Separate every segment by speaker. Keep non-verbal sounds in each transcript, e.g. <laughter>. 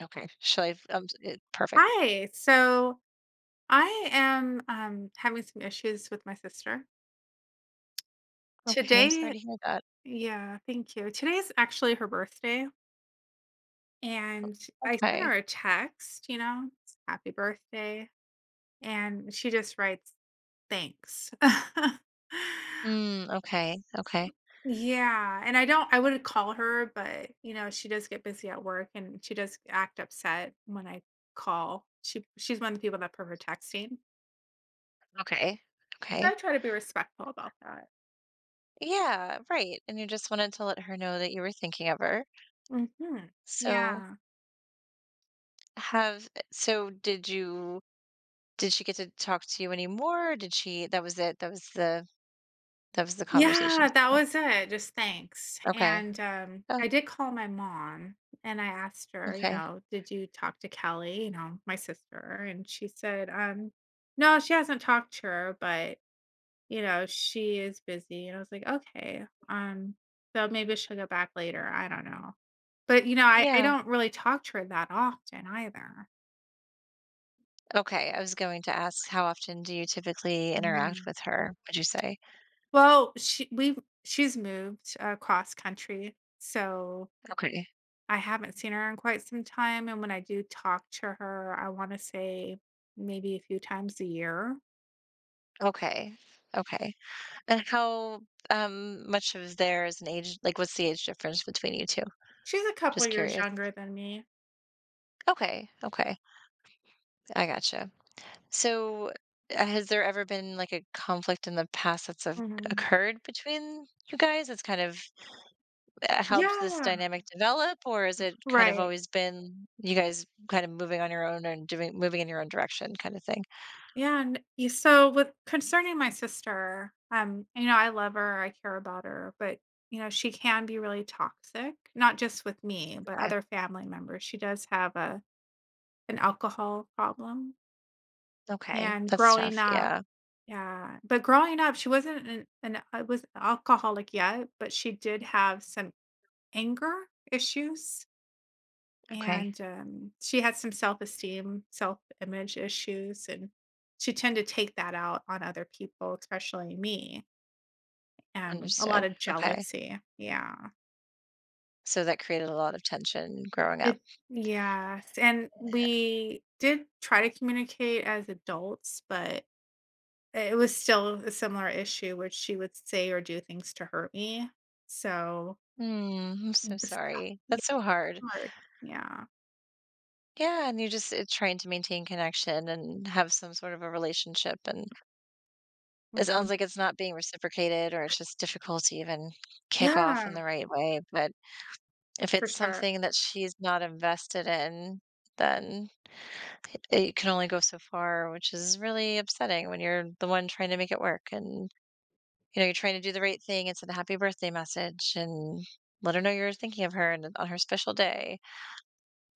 Speaker 1: Okay. Shall I it perfect.
Speaker 2: Hi. So I am having some issues with my sister.
Speaker 1: Okay, I'm sorry
Speaker 2: Today,
Speaker 1: to hear that.
Speaker 2: yeah, thank you. Today is actually her birthday. And I sent her
Speaker 1: Okay.
Speaker 2: a text, you know, happy birthday. And she just writes, thanks. <laughs>
Speaker 1: Okay, okay,
Speaker 2: Yeah. And I don't, I would call her, but, you know, she does get busy at work and she does act upset when I call. She's one of the people that prefer texting.
Speaker 1: okay,
Speaker 2: So I
Speaker 1: okay.
Speaker 2: try to be respectful about that.
Speaker 1: Yeah, right, and you just wanted to let her know that you were thinking of her.
Speaker 2: Mhm.
Speaker 1: So,
Speaker 2: Yeah.
Speaker 1: have so did you did she get to talk to you anymore? Or Did she that was it, that was the conversation
Speaker 2: Yeah, that
Speaker 1: today.
Speaker 2: was it, just thanks,
Speaker 1: Okay.
Speaker 2: and,
Speaker 1: Oh,
Speaker 2: I did call my mom, and I asked her, you
Speaker 1: okay.
Speaker 2: know, "Did you talk to Kelly?" You know, my sister, and she said, "No, she hasn't talked to her, but, you know, she is busy," and I was like, "Okay, so maybe she'll get back later, I don't know." But, you know, I
Speaker 1: Yeah.
Speaker 2: don't really talk to her that often either.
Speaker 1: Okay, I was going to ask, how often do you typically interact
Speaker 2: Mm.
Speaker 1: with her, would you say?
Speaker 2: Well, she's moved across country, so
Speaker 1: Okay.
Speaker 2: I haven't seen her in quite some time, and when I do talk to her, I wanna say maybe a few times a year.
Speaker 1: Okay. Okay. And how, much of there is an age, like, what's the age difference between you 2?
Speaker 2: She's a couple
Speaker 1: Just
Speaker 2: years
Speaker 1: curious.
Speaker 2: younger than me.
Speaker 1: Okay, okay, I gotcha. So, has there ever been, like, a conflict in the past that's have
Speaker 2: Mhm.
Speaker 1: occurred between you guys that's kind of, helped this
Speaker 2: Yeah,
Speaker 1: dynamic develop? Or is it kind of
Speaker 2: right.
Speaker 1: always been you guys kind of moving in your own direction kinda thing?
Speaker 2: Yeah, and y so with concerning my sister, you know, I love her, I care about her, but, you know, she can be really toxic, not just with me, but
Speaker 1: Okay,
Speaker 2: other family members. She does have a an alcohol problem,
Speaker 1: okay,
Speaker 2: and
Speaker 1: that's
Speaker 2: growing
Speaker 1: tough,
Speaker 2: up
Speaker 1: yeah,
Speaker 2: yeah, but growing up, she wasn't an I was alcoholic yet, but she did have some anger issues,
Speaker 1: okay,
Speaker 2: and, she had some self-esteem, self-image issues, and she tended to take that out on other people, especially me, a lot
Speaker 1: understood,
Speaker 2: of
Speaker 1: okay.
Speaker 2: jealousy, yeah.
Speaker 1: So that created a lot of tension growing up.
Speaker 2: It Yes, and we did try to communicate as adults, but it was still a similar issue, which she would say or do things to hurt me, so
Speaker 1: Hmm, I'm so
Speaker 2: it's
Speaker 1: sorry. That's so hard.
Speaker 2: hard. Yeah.
Speaker 1: Yeah, and you're just trying to maintain connection and have some sort of a relationship, and it
Speaker 2: Mhm.
Speaker 1: sounds like it's not being reciprocated, or it's just difficult to even kick off in
Speaker 2: Yeah,
Speaker 1: the right way. But if
Speaker 2: for
Speaker 1: it's
Speaker 2: sure.
Speaker 1: something that she's not invested in, then it can only go so far, which is really upsetting when you're the one trying to make it work, and you know you're trying to do the right thing and send a happy birthday message and let her know you're thinking of her and on her special day.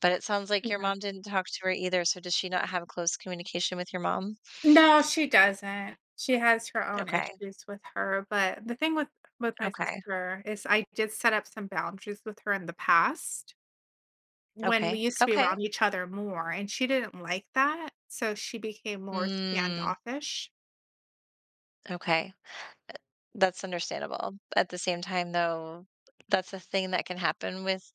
Speaker 1: But it sounds like your
Speaker 2: Yeah.
Speaker 1: mom didn't talk to her either, so does she not have close communication with your mom?
Speaker 2: No, she doesn't. She has her own
Speaker 1: Okay,
Speaker 2: issues with her, but the thing with my
Speaker 1: okay,
Speaker 2: sister is I did set up some boundaries with her in the past when we
Speaker 1: okay,
Speaker 2: used to be
Speaker 1: okay.
Speaker 2: around each other more, and she didn't like that, so she became more
Speaker 1: Mm,
Speaker 2: standoffish.
Speaker 1: okay. That's understandable. At the same time, though, that's a thing that can happen with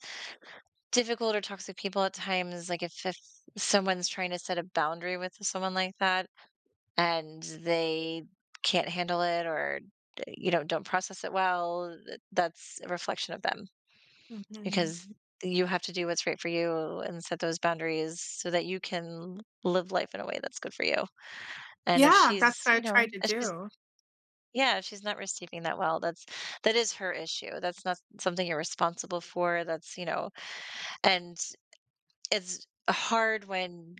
Speaker 1: difficult or toxic people at times, like, if someone's trying to set a boundary with someone like that and they can't handle it, or, you know, don't process it well, th that's a reflection of them.
Speaker 2: Mhm.
Speaker 1: Because you have to do what's right for you and set those boundaries so that you can live life in a way that's good for you. And if
Speaker 2: Yeah, that's
Speaker 1: she's,
Speaker 2: what I
Speaker 1: you know,
Speaker 2: tried to do.
Speaker 1: if she's not receiving that well, that is her issue. That's not something you're responsible for. That's, you know, and it's hard when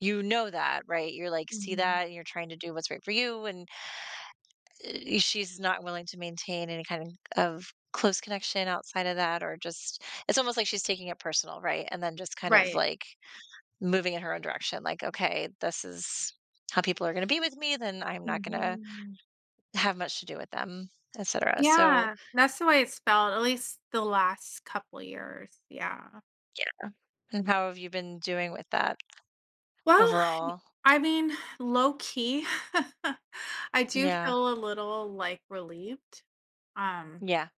Speaker 1: you know that, right? You're like, see
Speaker 2: Mhm.
Speaker 1: that, and you're trying to do what's right for you, and she's not willing to maintain any kind of close connection outside of that, or just it's almost like she's taking it personal, right? And then just kind of
Speaker 2: Right.
Speaker 1: like moving in her own direction. Like, okay, this is how people are going to be with me. Then I'm not going to
Speaker 2: Mhm.
Speaker 1: have much to do with them, etc. So,
Speaker 2: Yeah, that's the way it's spelled, at least the last couple years, yeah.
Speaker 1: yeah. And how have you been doing with that
Speaker 2: Well,
Speaker 1: overall?
Speaker 2: I mean, low key, <laughs> I do
Speaker 1: Yeah.
Speaker 2: feel a little, like, relieved, um,
Speaker 1: Yeah.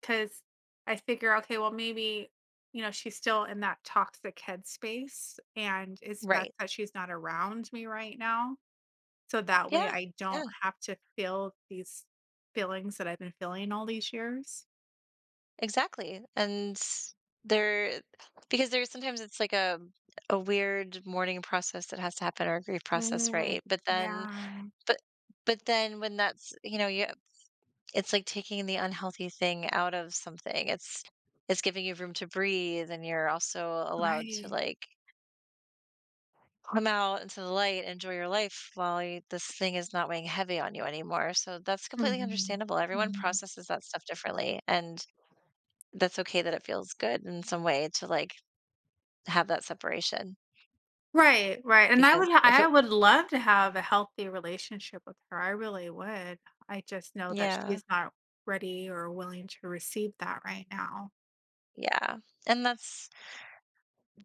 Speaker 2: because I figure, okay, well, maybe, you know, she's still in that toxic headspace, and it's best
Speaker 1: Right.
Speaker 2: that she's not around me right now, so that way
Speaker 1: Yeah.
Speaker 2: I
Speaker 1: Yeah.
Speaker 2: don't have to feel these feelings that I've been feeling all these years.
Speaker 1: Exactly. And there, because there's sometimes it's like a weird mourning process that has to happen, or a grief process,
Speaker 2: Mm,
Speaker 1: right?
Speaker 2: yeah,
Speaker 1: But but then, when that's you know you it's like taking the unhealthy thing out of something. It's giving you room to breathe, and you're also allowed to,
Speaker 2: right.
Speaker 1: like, come out into the light, enjoy your life while you this thing is not weighing heavy on you anymore, so that's completely
Speaker 2: Mhm.
Speaker 1: understandable. Everyone
Speaker 2: Mhm.
Speaker 1: processes that stuff differently, and that's okay that it feels good in some way to, like, have that separation
Speaker 2: Right, right, and
Speaker 1: because if
Speaker 2: I
Speaker 1: it
Speaker 2: would love to have a healthy relationship with her, I really would. I just know that
Speaker 1: yeah,
Speaker 2: she's not ready or willing to receive that right now.
Speaker 1: yeah, and that's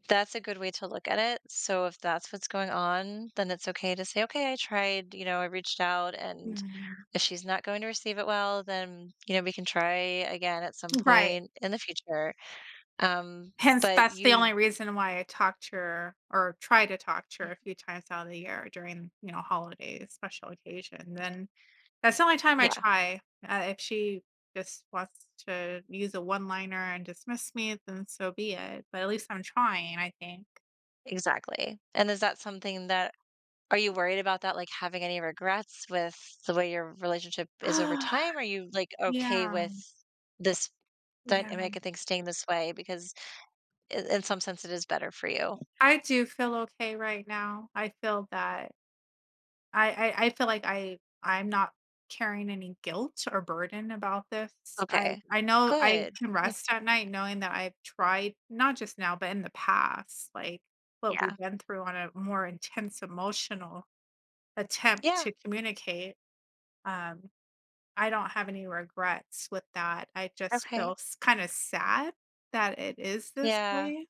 Speaker 1: that's a good way to look at it. So if that's what's going on, then it's okay to say, "Okay, I tried," you know, "I reached out, and
Speaker 2: Mm.
Speaker 1: if she's not going to receive it well, then, you know, we can try again at some
Speaker 2: Right,
Speaker 1: point in the future." Um,
Speaker 2: hence
Speaker 1: but
Speaker 2: that's the
Speaker 1: you
Speaker 2: only reason why I talk to her or try to talk to her a few times out of the year during, you know, holidays, special occasion, then that's the only time I <laughs>
Speaker 1: yeah,
Speaker 2: try. If she just wants to use a one-liner and dismiss me, then so be it, but at least I'm trying, I think.
Speaker 1: exactly. And is that something that, are you worried about that, like, having any regrets with the way your relationship
Speaker 2: <sighs>
Speaker 1: is over
Speaker 2: Ah,
Speaker 1: time? Are you, like, okay
Speaker 2: Yeah,
Speaker 1: with this
Speaker 2: yeah.
Speaker 1: dynamic and things staying this way? Because I in some sense, it is better for you.
Speaker 2: I do feel okay right now. I feel that I feel like I'm not carrying any guilt or burden about this.
Speaker 1: Okay.
Speaker 2: I know I
Speaker 1: Good,
Speaker 2: can
Speaker 1: good.
Speaker 2: rest at night knowing that I've tried, not just now, but in the past, like, what we've
Speaker 1: Yeah.
Speaker 2: been through on a more intense emotional attempt
Speaker 1: Yeah.
Speaker 2: to communicate. Um, I don't have any regrets with that. I just
Speaker 1: Okay.
Speaker 2: feel kind of sad that it is this
Speaker 1: Yeah.
Speaker 2: way.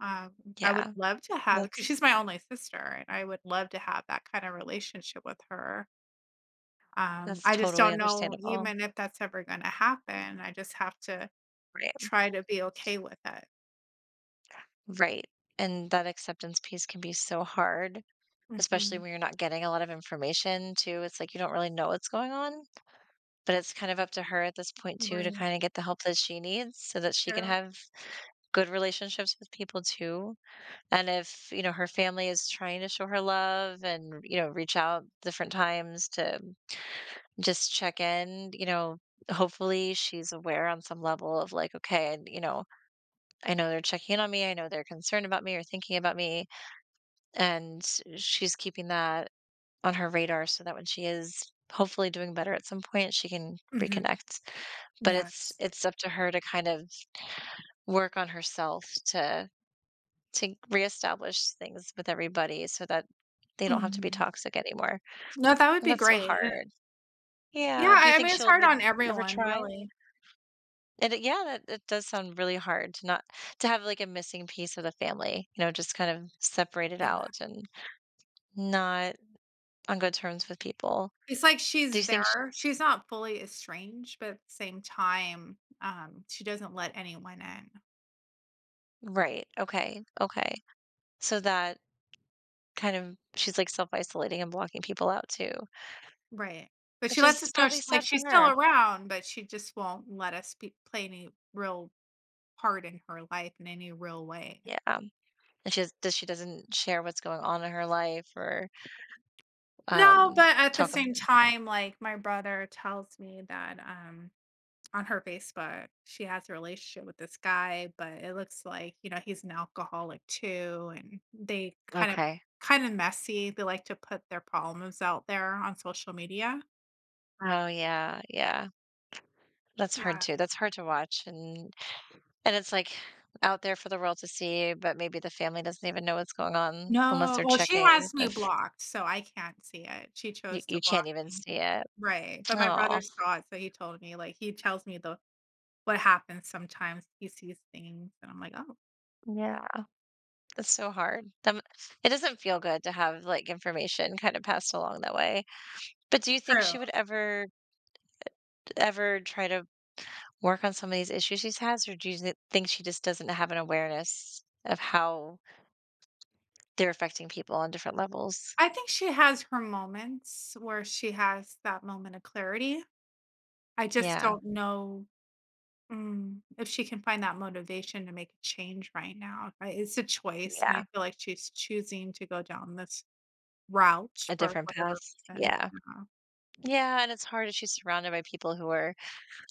Speaker 2: Um, I would
Speaker 1: Yeah.
Speaker 2: love to have because
Speaker 1: That's
Speaker 2: she's my only sister, and I would love to have that kind of relationship with her.
Speaker 1: that's
Speaker 2: I just
Speaker 1: totally
Speaker 2: don't know
Speaker 1: understandable.
Speaker 2: even if that's ever going to happen. I just have to
Speaker 1: Right.
Speaker 2: try to be okay with it.
Speaker 1: Right. And that acceptance piece can be so hard, especially
Speaker 2: Hmm.
Speaker 1: when you're not getting a lot of information too. It's like you don't really know what's going on, but it's kind of up to her at this point too to
Speaker 2: Right.
Speaker 1: kind of get the help that she needs so that she can
Speaker 2: True.
Speaker 1: have good relationships with people too. And if, you know, her family is trying to show her love and, you know, reach out different times to just check in, you know, hopefully she's aware on some level of, like, okay, and you know, I know they're checking in on me. I know they're concerned about me or thinking about me, and she's keeping that on her radar so that when she is hopefully doing better at some point she can
Speaker 2: Hmm.
Speaker 1: reconnect. But it's
Speaker 2: Yes.
Speaker 1: it's up to her to kind of work on herself, to reestablish things with everybody so that they don't have to be
Speaker 2: Hmm.
Speaker 1: toxic anymore,
Speaker 2: No, that would
Speaker 1: and
Speaker 2: be
Speaker 1: that's so
Speaker 2: great. And
Speaker 1: hard.
Speaker 2: yeah.
Speaker 1: Yeah, do you
Speaker 2: I
Speaker 1: think
Speaker 2: mean, it's
Speaker 1: she'll
Speaker 2: hard
Speaker 1: would
Speaker 2: on
Speaker 1: ever
Speaker 2: everyone,
Speaker 1: try?
Speaker 2: really.
Speaker 1: And it, yeah, that it does sound really hard to not to have like a missing piece of the family, you know, just kind of separated out and not on good terms with people.
Speaker 2: It's like
Speaker 1: Do
Speaker 2: she's
Speaker 1: you think
Speaker 2: there. She's not fully estranged, but at the same time, she doesn't let anyone in.
Speaker 1: Right. Okay. Okay. So that, kind of, she's like self-isolating and blocking people out too,
Speaker 2: Right. But she
Speaker 1: which
Speaker 2: lets
Speaker 1: is
Speaker 2: us know sh
Speaker 1: probably
Speaker 2: like,
Speaker 1: sad
Speaker 2: she's
Speaker 1: for
Speaker 2: still
Speaker 1: her.
Speaker 2: around, but she just won't let us be play any real part in her life in any real way.
Speaker 1: Yeah. And she has, does she doesn't share what's going on in her life, or
Speaker 2: No,
Speaker 1: um
Speaker 2: but at the
Speaker 1: talk
Speaker 2: same
Speaker 1: about
Speaker 2: time, like, my brother tells me that, on her Facebook, she has a relationship with this guy, but it looks like, you know, he's an alcoholic too. And they
Speaker 1: okay.
Speaker 2: kind of messy. They like to put their problems out there on social media.
Speaker 1: Oh yeah, yeah. That's hard
Speaker 2: Yeah.
Speaker 1: too. That's hard to watch, and it's like out there for the world to see, but maybe the family doesn't even know what's going on unless
Speaker 2: No.
Speaker 1: they're
Speaker 2: Well, she
Speaker 1: checking
Speaker 2: has me
Speaker 1: if
Speaker 2: blocked, so I can't see it. She
Speaker 1: you,
Speaker 2: chose to
Speaker 1: you
Speaker 2: block
Speaker 1: can't even
Speaker 2: me.
Speaker 1: see it.
Speaker 2: Right. But my brother
Speaker 1: Oh,
Speaker 2: saw it, so he told me, like, he tells me the what happens sometimes. He sees things, and I'm like, oh,
Speaker 1: yeah. That's so hard. That m It doesn't feel good to have, like, information kinda passed along that way. But do you think
Speaker 2: true.
Speaker 1: she would ever try to work on some of these issues she has? Or do you th think she just doesn't have an awareness of how they're affecting people on different levels?
Speaker 2: I think she has her moments where she has that moment of clarity. I just
Speaker 1: Yeah.
Speaker 2: don't know, if she can find that motivation to make a change right now. I It's a choice, and I
Speaker 1: Yeah.
Speaker 2: feel like she's choosing to go down this route
Speaker 1: A
Speaker 2: for
Speaker 1: different path.
Speaker 2: whatever reason.
Speaker 1: Yeah.
Speaker 2: Yeah.
Speaker 1: Yeah, and it's hard if she's surrounded by people who are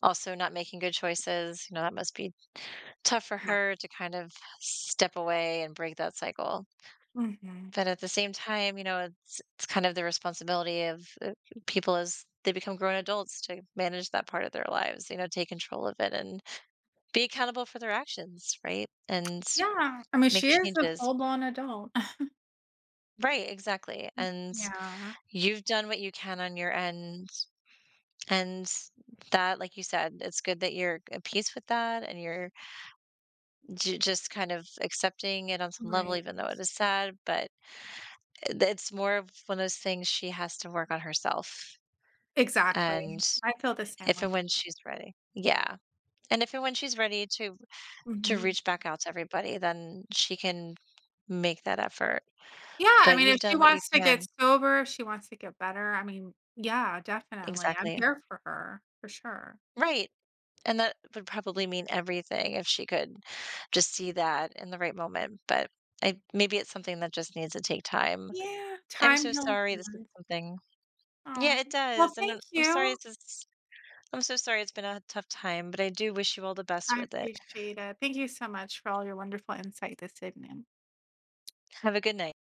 Speaker 1: also not making good choices, you know, that must be tough for
Speaker 2: Yeah.
Speaker 1: her to kind of step away and break that cycle.
Speaker 2: Mhm.
Speaker 1: But at the same time, you know, it's kind of the responsibility of people as they become grown adults to manage that part of their lives, you know, take control of it and be accountable for their actions, right? And
Speaker 2: Yeah. I mean,
Speaker 1: make
Speaker 2: she is a
Speaker 1: changes.
Speaker 2: full-blown adult. <laughs>
Speaker 1: Right, exactly. And
Speaker 2: Yeah.
Speaker 1: you've done what you can on your end. And that, like you said, it's good that you're at peace with that and you're just kind of accepting it on some level,
Speaker 2: Right.
Speaker 1: even though it is sad. But it's more of one of those things she has to work on herself.
Speaker 2: Exactly.
Speaker 1: And
Speaker 2: I feel the same
Speaker 1: If
Speaker 2: way.
Speaker 1: and when she's ready. Yeah, and if and when she's ready to
Speaker 2: Mhm.
Speaker 1: reach back out to everybody, then she can make that effort,
Speaker 2: Yeah, I
Speaker 1: but
Speaker 2: mean, if
Speaker 1: you've
Speaker 2: she
Speaker 1: done what you
Speaker 2: wants to get
Speaker 1: can.
Speaker 2: sober, if she wants to get better, I mean, yeah, definitely. I'm
Speaker 1: Exactly.
Speaker 2: here for her, for sure.
Speaker 1: Right, and that would probably mean everything if she could just see that in the right moment, but I maybe it's something that just needs to take time.
Speaker 2: Yeah.
Speaker 1: I'm
Speaker 2: Time
Speaker 1: so
Speaker 2: heals.
Speaker 1: sorry this is something
Speaker 2: Aw.
Speaker 1: Yeah, it
Speaker 2: Well,
Speaker 1: does, and
Speaker 2: thank
Speaker 1: I'm sorry
Speaker 2: you.
Speaker 1: this is, I'm so sorry it's been a tough time, but I do wish you all the best
Speaker 2: I
Speaker 1: with it.
Speaker 2: appreciate it. Thank you so much for all your wonderful insight this evening.
Speaker 1: Have a good night.